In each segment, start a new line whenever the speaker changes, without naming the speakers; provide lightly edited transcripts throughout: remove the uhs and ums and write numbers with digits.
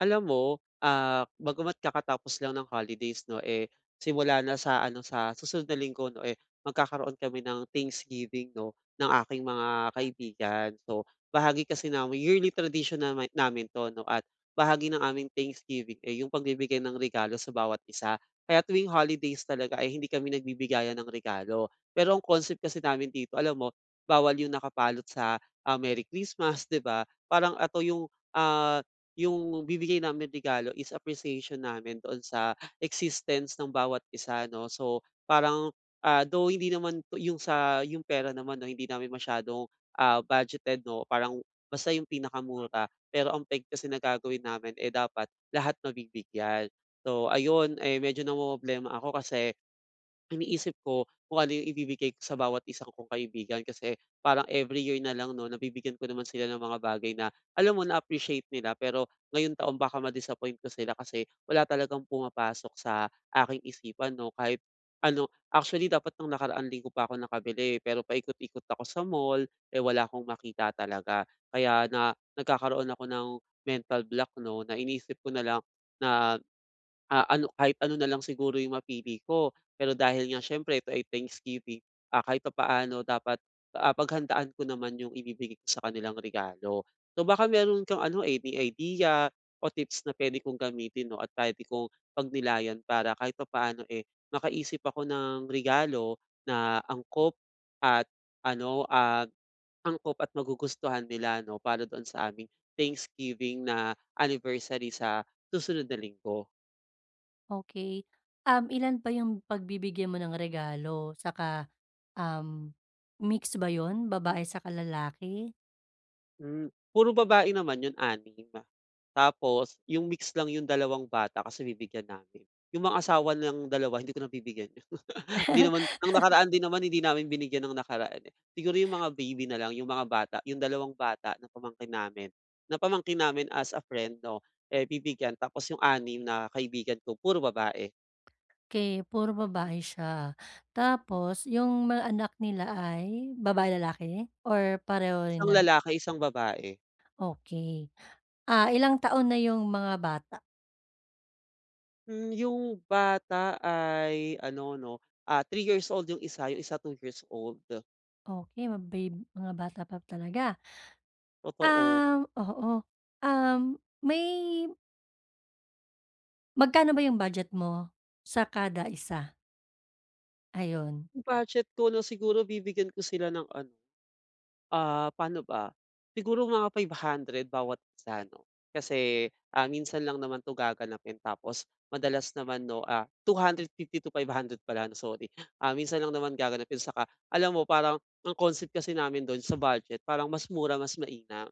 Alam mo, bagamat kakatapos lang ng holidays 'no, eh, simula na sa ano, sa susunod na linggo 'no, eh, magkakaroon kami ng Thanksgiving 'no, ng aking mga kaibigan. So, bahagi kasi namin yearly tradition namin 'to 'no, at bahagi ng aming Thanksgiving, eh, yung pagbibigay ng regalo sa bawat isa. Kaya tuwing holidays talaga eh hindi kami nagbibigayan ng regalo. Pero ang concept kasi namin dito, alam mo, bawal yung nakapalot sa, Merry Christmas, 'di ba? Parang ato yung, ah yung bibigay namin regalo is appreciation namin doon sa existence ng bawat isa 'no. So, parang, though hindi naman to yung sa yung pera naman 'no, hindi namin masyadong, budgeted 'no, parang basta yung pinakamura. Pero ang peg kasi na gagawin namin, eh, dapat lahat mabibigyan. So ayun, eh, medyo na problema ako kasi iniisip ko kung ano yung ibibigay ko sa bawat isang kong kaibigan kasi parang every year na lang 'no, nabibigyan ko naman sila ng mga bagay na alam mo na-appreciate nila pero ngayon taon baka ma-disappoint ko sila kasi wala talagang pumapasok sa aking isipan 'no, kahit ano actually dapat nung nakaraang linggo pa ako nakabili pero paikot-ikot ako sa mall, eh, wala akong makita talaga. Kaya na nagkakaroon ako ng mental block 'no, na iniisip ko na lang na, ano, kahit ano na lang siguro yung mapili ko. Pero dahil nga siyempre ito ay Thanksgiving, kahit papaano dapat, paghandaan ko naman yung ibibigay ko sa kanilang regalo. So baka meron kang ano, any idea o tips na puwede kong gamitin 'no at puwede kong pagnilayan para kahit papaano, eh, makaisip ako ng regalo na angkop at ano, angkop at magugustuhan nila 'no, para doon sa aming Thanksgiving na anniversary sa susunod na linggo.
Okay. Ilan pa yung pagbibigyan mo ng regalo? Saka, um, mix ba yon babae sa lalaki?
Hmm, puro babae naman 'yun, 6. Tapos yung mix lang yung dalawang bata kasi bibigyan namin. Yung mga asawa ng dalawa hindi ko na bibigyan. Hindi naman ng nakaraan din naman hindi namin binigyan ng nakaraan, eh. Siguro yung mga baby na lang, yung mga bata, yung dalawang bata na pamangkin namin as a friend 'no, eh, bibigyan tapos yung anim na kaibigan ko puro babae,
Okay, puro babae siya. Tapos yung mga anak nila ay babae-lalaki or pareho rin
isang
na?
lalaki, isang babae.
Okay. Ah, ilang taon na yung mga bata?
Hmm, yung bata ay ano 'no, three years old yung isa two years old,
Okey, mabab mga bata pa talaga.
totoo.
Oo. Um, may magkano ba yung budget mo sa kada isa? Ayun,
Budget ko na siguro bibigyan ko sila ng ano, paano ba, siguro mga 500 bawat isa 'no. Kasi, minsan lang naman 'to gaganapin tapos madalas naman 'no, two hundred fifty to 500 pala 'no, sorry. Minsan lang naman gaganapin saka alam mo parang ang concept kasi namin do'n sa budget parang mas mura mas mainam.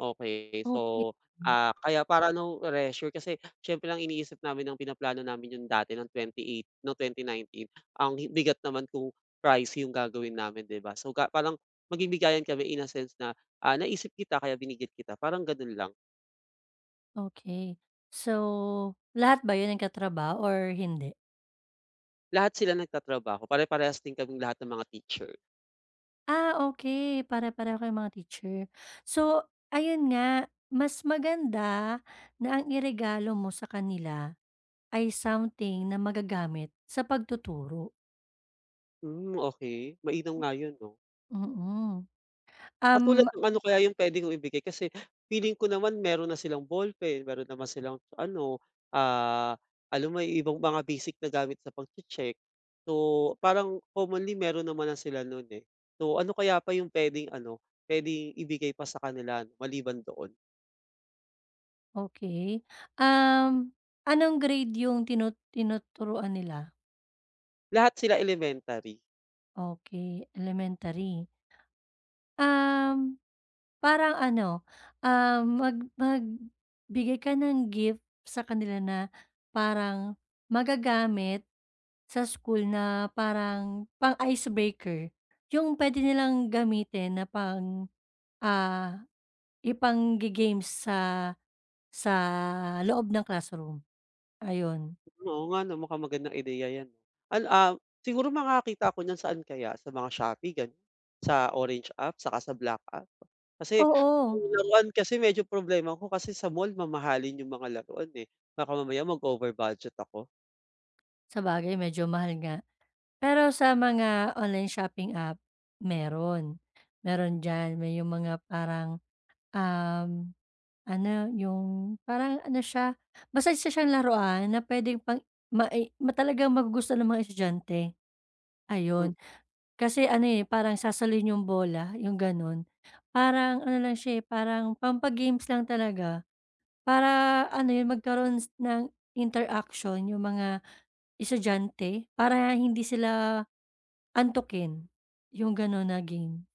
Okey.
okay.
So, kaya para na-pressure kasi siyempre ang iniisip namin ng pinaplano namin yung dati ng 28 ng 2019, ang hi bigat naman kung pricey yung gagawin namin, 'di ba? So, parang magbibigayan kami in a sense na, naisip kita kaya binigyan kita, parang gano'n lang.
Okay. So, lahat ba 'yun ng katrabaho or hindi?
Lahat sila nagtatrabaho, pare-parehas din kaming lahat ng mga teacher.
Ah, okay. Pare-pareho kayong mga teacher. So, ayun nga mas maganda na ang iregalo mo sa kanila ay something na magagamit sa pagtuturo.
Hmm, okey. Mainam nga 'yun 'no?
Mm.
Katulad
Um,
ng ano kaya yung puwede kong ibigay kasi feeling ko naman meron na silang ballpen, meron naman silang ano, ah, alam mo yung ibang mga basic na gamit sa pagche-check. So, parang commonly meron naman na sila nun, eh. So, ano kaya pa yung puwedeng ano, puwedeng ibigay pa sa kanila ano, maliban doon?
okay. Um, anong grade 'yung tinuturuan nila?
Lahat sila elementary.
Okay, elementary. Um Parang ano, magbigay ka ng gift sa kanila na parang magagamit sa school na parang pang-icebreaker. Yung puwede nilang gamitin na pang, ah, ipangge-games sa sa loob ng classroom, ayun.
Oo nga 'no, mukhang magandang ideya 'yan 'no. Al ah, Siguro makakakita ko niyan saan kaya, sa mga Shopee gano'n? Sa Orange app saka sa Black app? Kasi
Oo,
yung laruan kasi medyo problema ko kasi sa mall mamahalin yung mga laruan, eh. Baka mamaya mag-over budget ako.
sabagay medyo mahal nga. Pero sa mga online shopping app, meron. Meron diyan, may yung mga parang, um Ano, yung parang ano siya, basta isa siyang laruan na puwedeng pang mai ma talagang magugustuhan ng mga estudyante. Ayun, kasi ano, eh, parang sasalin yung bola, yung gano'n. Parang ano lang siya, eh, parang pampa-games lang talaga para ano yun, magkaroon ng interaction yung mga estudyante para hindi sila antukin, yung gano'n na game.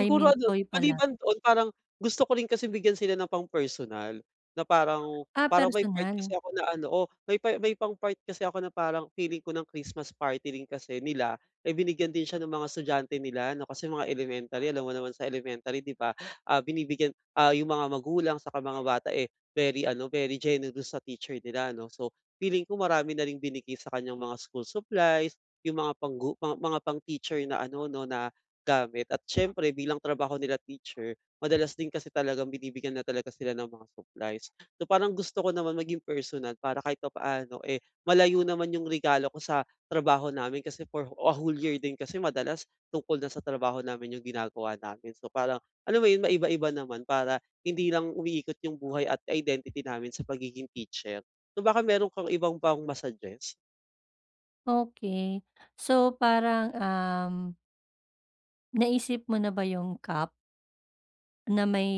I mean
ano,
toy pala.
maliban doon parang gusto ko rin kasi bigyan sila ng pang-personal, na parang
Ah,
parang may part kasi
personal.
ako na ano, oh, may pang-part kasi ako na parang feeling ko ng Christmas party rin kasi nila, eh, binigyan din siya ng mga estudyante nila 'no, kasi mga elementary alam mo naman sa elementary 'di ba, binibigyan, yung mga magulang sa mga bata, eh, very ano, very generous sa teacher nila 'no. So, feeling ko marami na ring binigay sa kanyang mga school supplies, yung mga mga pang-teacher na ano 'no, na gamit at siyempre bilang trabaho nila teacher, madalas din kasi talagang binibigyan na talaga sila ng mga supplies. So, parang gusto ko naman maging personal para kahit papaano, eh, malayo naman yung regalo ko sa trabaho namin kasi for a whole year din kasi madalas tungkol na sa trabaho namin yung ginagawa namin. So, parang alam mo yun, maiba-iba naman para hindi lang umiikot yung buhay at identity namin sa pagiging teacher. So, baka meron kang ibang pang ma
Okey. So parang, naisip mo na ba yung cup na may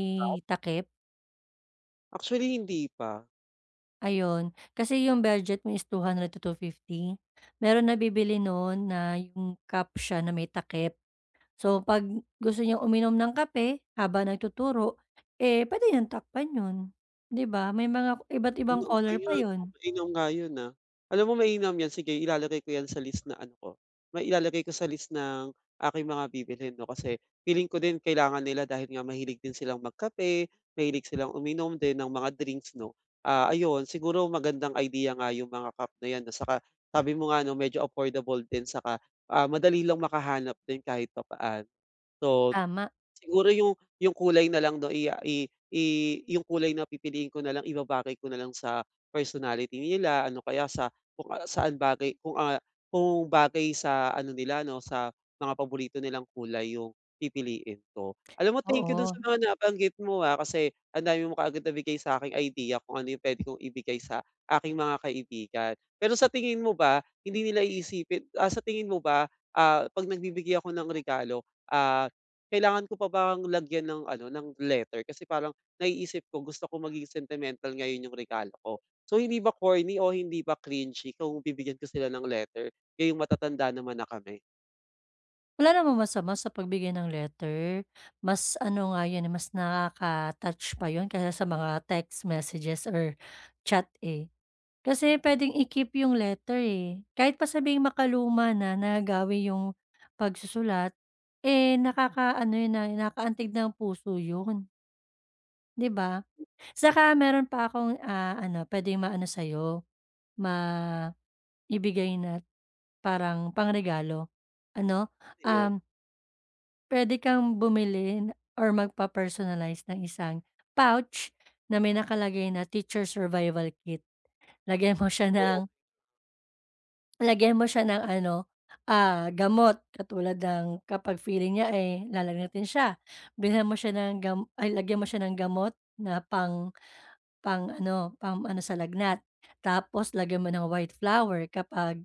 takip?
actually, hindi pa.
Ayun, kasi yung budget mo is 200 to two fifty. Meron nabibili nun na yung cup siya na may takip. So 'pag gusto niyang uminom ng kape habang nagtuturo, eh, puwede niyang takpan yun, 'di ba? May mga iba't
Hmm,
ibang
okey
color pa
nga 'no,
yun.
mainam nga yun, ah. Alam mo mainam yan, sige ilalagay ko yan sa list na ano ko, may ilalagay ko sa list ng aking mga bibilhin 'no, kasi feeling ko din kailangan nila dahil nga mahilig din silang magkape, mahilig silang uminom din ng mga drinks 'no. Ayun siguro magandang idea nga yung mga cup na yan 'no, saka sabi mo nga 'no, medyo affordable din saka, madali lang makahanap din kahit papaan. So,
Tama,
siguro yung kulay na lang 'no, i ah, i yung kulay na pipiliin ko na lang ibabagay ko na lang sa personality nila, ano kaya sa kung, saan bagay kung, kung bagay sa ano nila 'no, sa mga paborito nilang kulay yung pipiliin ko. Alam mo, thank you dun
oo.
sa mga nabanggit mo, kasi ang dami mo kaagad nabigay sa'king idea kung ano yung puwede kong ibigay sa aking mga kaibigan. Pero sa tingin mo ba hindi nila iisipin, sa tingin mo ba, 'pag nagbibigay ako ng regalo, ah kailangan ko pa bang lagyan ng ano, ng letter kasi parang naiisip ko gusto ko maging sentimental ngayon yung regalo ko. So hindi ba corny o hindi ba cringy kung bibigyan ko sila ng letter, ngayong matatanda naman na kami?
Wala namang masama sa pagbigay ng letter. Mas ano nga 'yun, eh, mas nakaka-touch pa 'yun kaysa sa mga text messages or chat, eh. Kasi puwedeng i-keep yung letter, eh. Kahit pa sabihing makaluma na, nagawi yung pagsusulat, eh, naka-ano 'yun, na nakakaantig ng puso 'yun, 'di ba? Saka meron pa akong, ah, ano, puwedeng maano sa'yo, maibigay na parang pangregalo. Ano,
Ayun,
um Puwede kang bumili or magpa-personalize ng isang pouch na may nakalagay na teacher survival kit. Lagyan mo siya ng
oo.
Lagyan mo siya ng ano, ah, gamot katulad ng kapag feeling niya ay lalagnatin siya, bilhan mo siya ng gam ay lagyan mo siya ng gamot na pang pang ano sa lagnat. Tapos lagyan mo ng white flour kapag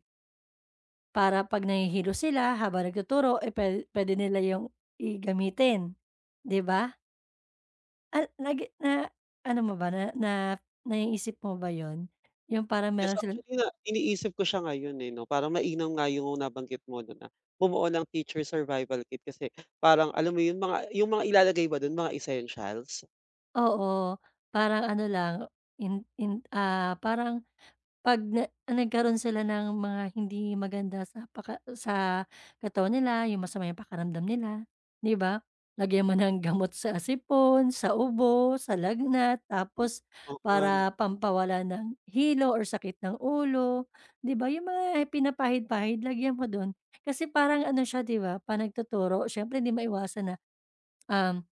para 'pag nahihilo sila habang nagtuturo, eh, puwede nila yung gamitin, 'di ba? At nagi na ano mo ba na na naiisip mo ba 'yun, yung parang
Yes,
meron silang
actually na iniisip ko siya ngayon, eh, 'no, parang mainam nga yung nabanggit mo 'no, na bumuo ng teacher survival kit kasi parang alam mo yun, yung mga ilalagay ba dun mga essentials?
oo, parang ano lang parang 'pag nagkaroon sila ng mga hindi maganda sa paka sa katawan nila, yung masama yung pakiramdam nila, 'di ba? Lagyan mo ng gamot sa sipon, sa ubo, sa lagnat, tapos
Oo nga 'no.
para pampawala ng hilo or sakit ng ulo, 'di ba? Yung mga pinapahid-pahid lagyan mo dun. Kasi parang ano siya, 'di ba, 'pag nagtuturo siyempre hindi maiwasan na, um,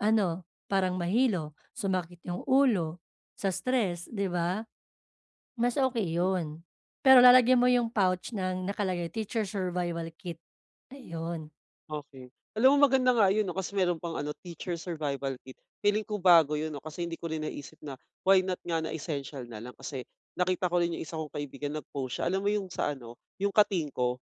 ano, parang mahilo, sumakit yung ulo, sa stress, 'di ba? Mas okey 'yun. Pero lalagyan mo yung pouch ng nakalagay, "Teacher Survival Kit." Ayun.
Okey. Alam mo maganda nga yun 'no, kasi meron pang ano, teacher survival kit. Feeling ko bago yun 'no, kasi hindi ko rin naisip na why not nga na essential na lang kasi nakita ko rin yung isa kong kaibigan nag-post siya. Alam mo yung sa ano, yung katingko?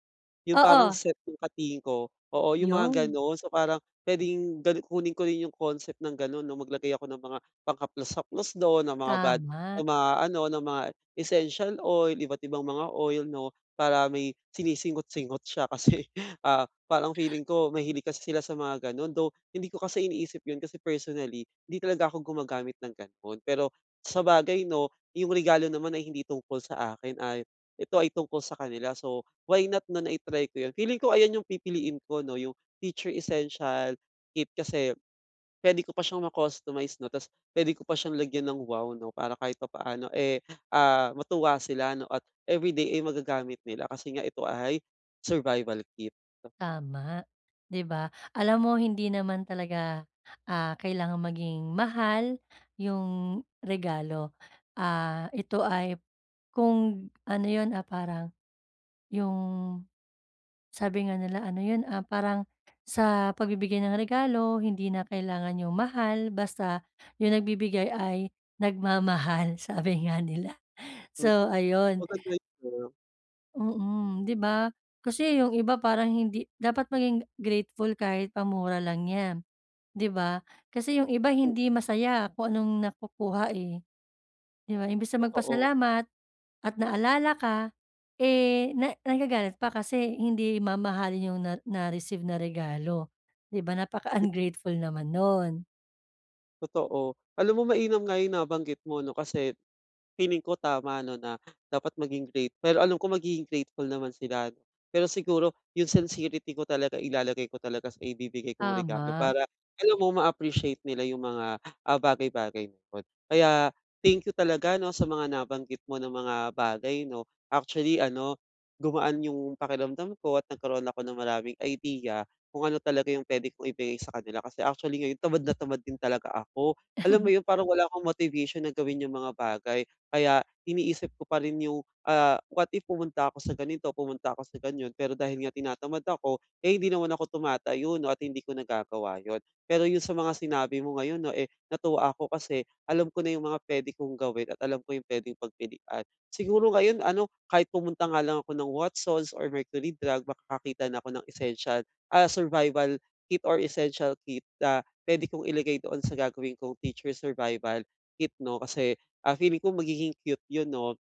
Yung parang
Oo,
set ng katingin ko, oo yung mga
'yun.
gano'n. So parang puwedeng ganu kunin ko rin yung concept ng gano'n 'no, maglagay ako ng mga panghaplos-haplos do'n, ng mga bad
Tama,
ng mga ano, ng mga essential oil, iba't ibang mga oil 'no, para may sinisingot-singot siya kasi, parang feeling ko mahilig kasi sila sa mga gano'n. Though hindi ko kasi iniisip yun kasi personally, hindi talaga ako gumagamit ng gano'n. Pero sabagay 'no, yung regalo naman ay hindi tungkol sa akin ay ito ay tungkol sa kanila. So why not na na try ko 'yun. Feeling ko ayan yung pipiliin ko 'no, yung Teacher Essential Kit kasi puwede ko pa siyang ma-customize 'no, ta's puwede ko pa siyang lagyan ng wow 'no, para kahit papaano, eh, matuwa sila 'no at everyday ay magagamit nila kasi nga ito ay survival kit.
tama, 'di ba? Alam mo hindi naman talaga, ah, kailangang maging mahal yung regalo. Ah, ito ay kung ano 'yun, ah, parang yung sabi nga nila ano yun, ah, parang sa pagbibigay ng regalo hindi na kailangan yung mahal basta yung nagbibigay ay nagmamahal sabi nga nila.
Hmm,
So ayun,
maganda yun, ah.
mm, 'di ba? Kasi yung iba parang hindi dapat maging grateful kahit pamura lang yan, 'di ba? Kasi yung iba
Hmm,
hindi masaya kung anong nakukuha, eh. 'Di ba, imbes na
totoo,
magpasalamat at naalala ka, eh, na nagagalit pa kasi hindi mamahalin yung na-receive na regalo, 'di ba, napaka-ungrateful naman nun.
totoo. Alam mo mainam nga yung nabanggit mo 'no, kasi feeling ko tama 'no, na dapat maging grate pero alam ko magiging grateful naman sila 'no. Pero siguro yung sincerity ko talaga ilalagay ko talaga sa ibibigay kong regalo
Tama,
para alam mo ma-appreciate nila yung mga, bagay-bagay na yun. Kaya thank you talaga 'no, sa mga nabanggit mo na mga bagay 'no. Actually ano, gumaan yung pakiramdam ko at nagkaroon ako ng maraming idea kung ano talaga yung puwede kong ibigay sa kanila kasi actually ngayon tamad na tamad din talaga ako. Alam mo yun, parang wala akong motivation na gawin yung mga bagay. Kaya iniisip ko pa rin yung, what if pumunta ako sa ganito, pumunta ako sa ganyan, pero dahil nga tinatamad ako, eh, hindi naman ako tumatayo 'no, at hindi ko nagagawa yun. Pero yung sa mga sinabi mo ngayon 'no, eh, natuwa ako kasi alam ko na yung mga puwede kong gawin at alam ko yung puwedeng pagpilian. Siguro ngayon ano, kahit pumunta nga lang ako ng Watsons or Mercury Drug, makakakita na ako ng essential, survival kit or essential kit na puwede kong ilagay doon sa gagawin kong teacher survival kit 'no. Kasi, feeling ko magiging cute yun 'no.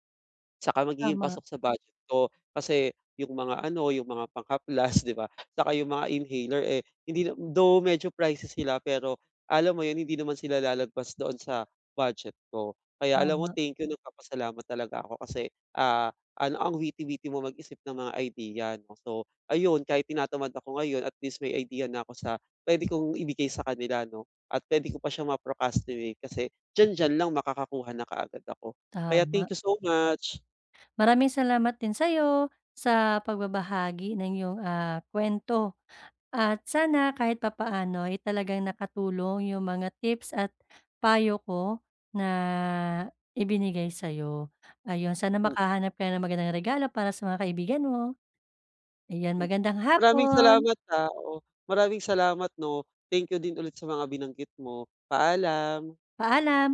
Saka magiging
tama,
pasok sa budget ko kasi yung mga ano, yung mga pangka-plus, 'di ba? Saka yung mga inhaler, eh, hindi na though medyo pricey sila pero alam mo yun, hindi naman sila lalagpas doon sa budget ko. Kaya alam mo,
tama,
thank you, nagpapasalamat talaga ako kasi, ah, ano, ang witty-witty mo mag-isip ng mga idea 'no. So ayun, kahit tinatamad ako ngayon, at least may idea na ako sa puwede kong ibigay sa kanila 'no, at puwede ko pa siya ma-procrastinate kasi diyan-diyan lang makakakuha na kaagad ako. Kaya
tama.
thank you so much.
Maraming salamat din sa'yo sa pagbabahagi ng iyong, ah, kuwento at sana kahit papaano ay talagang nakatulong yung mga tips at payo ko na ibinigay sa'yo. Ayun, sana
Mm,
makahanap ka ng magandang regalo para sa mga kaibigan mo. Ayan,
mm.
magandang
Maraming
hapon,
salamat, oo. Maraming salamat 'no. Thank you din ulit sa mga binanggit mo. Paalam.
paalam.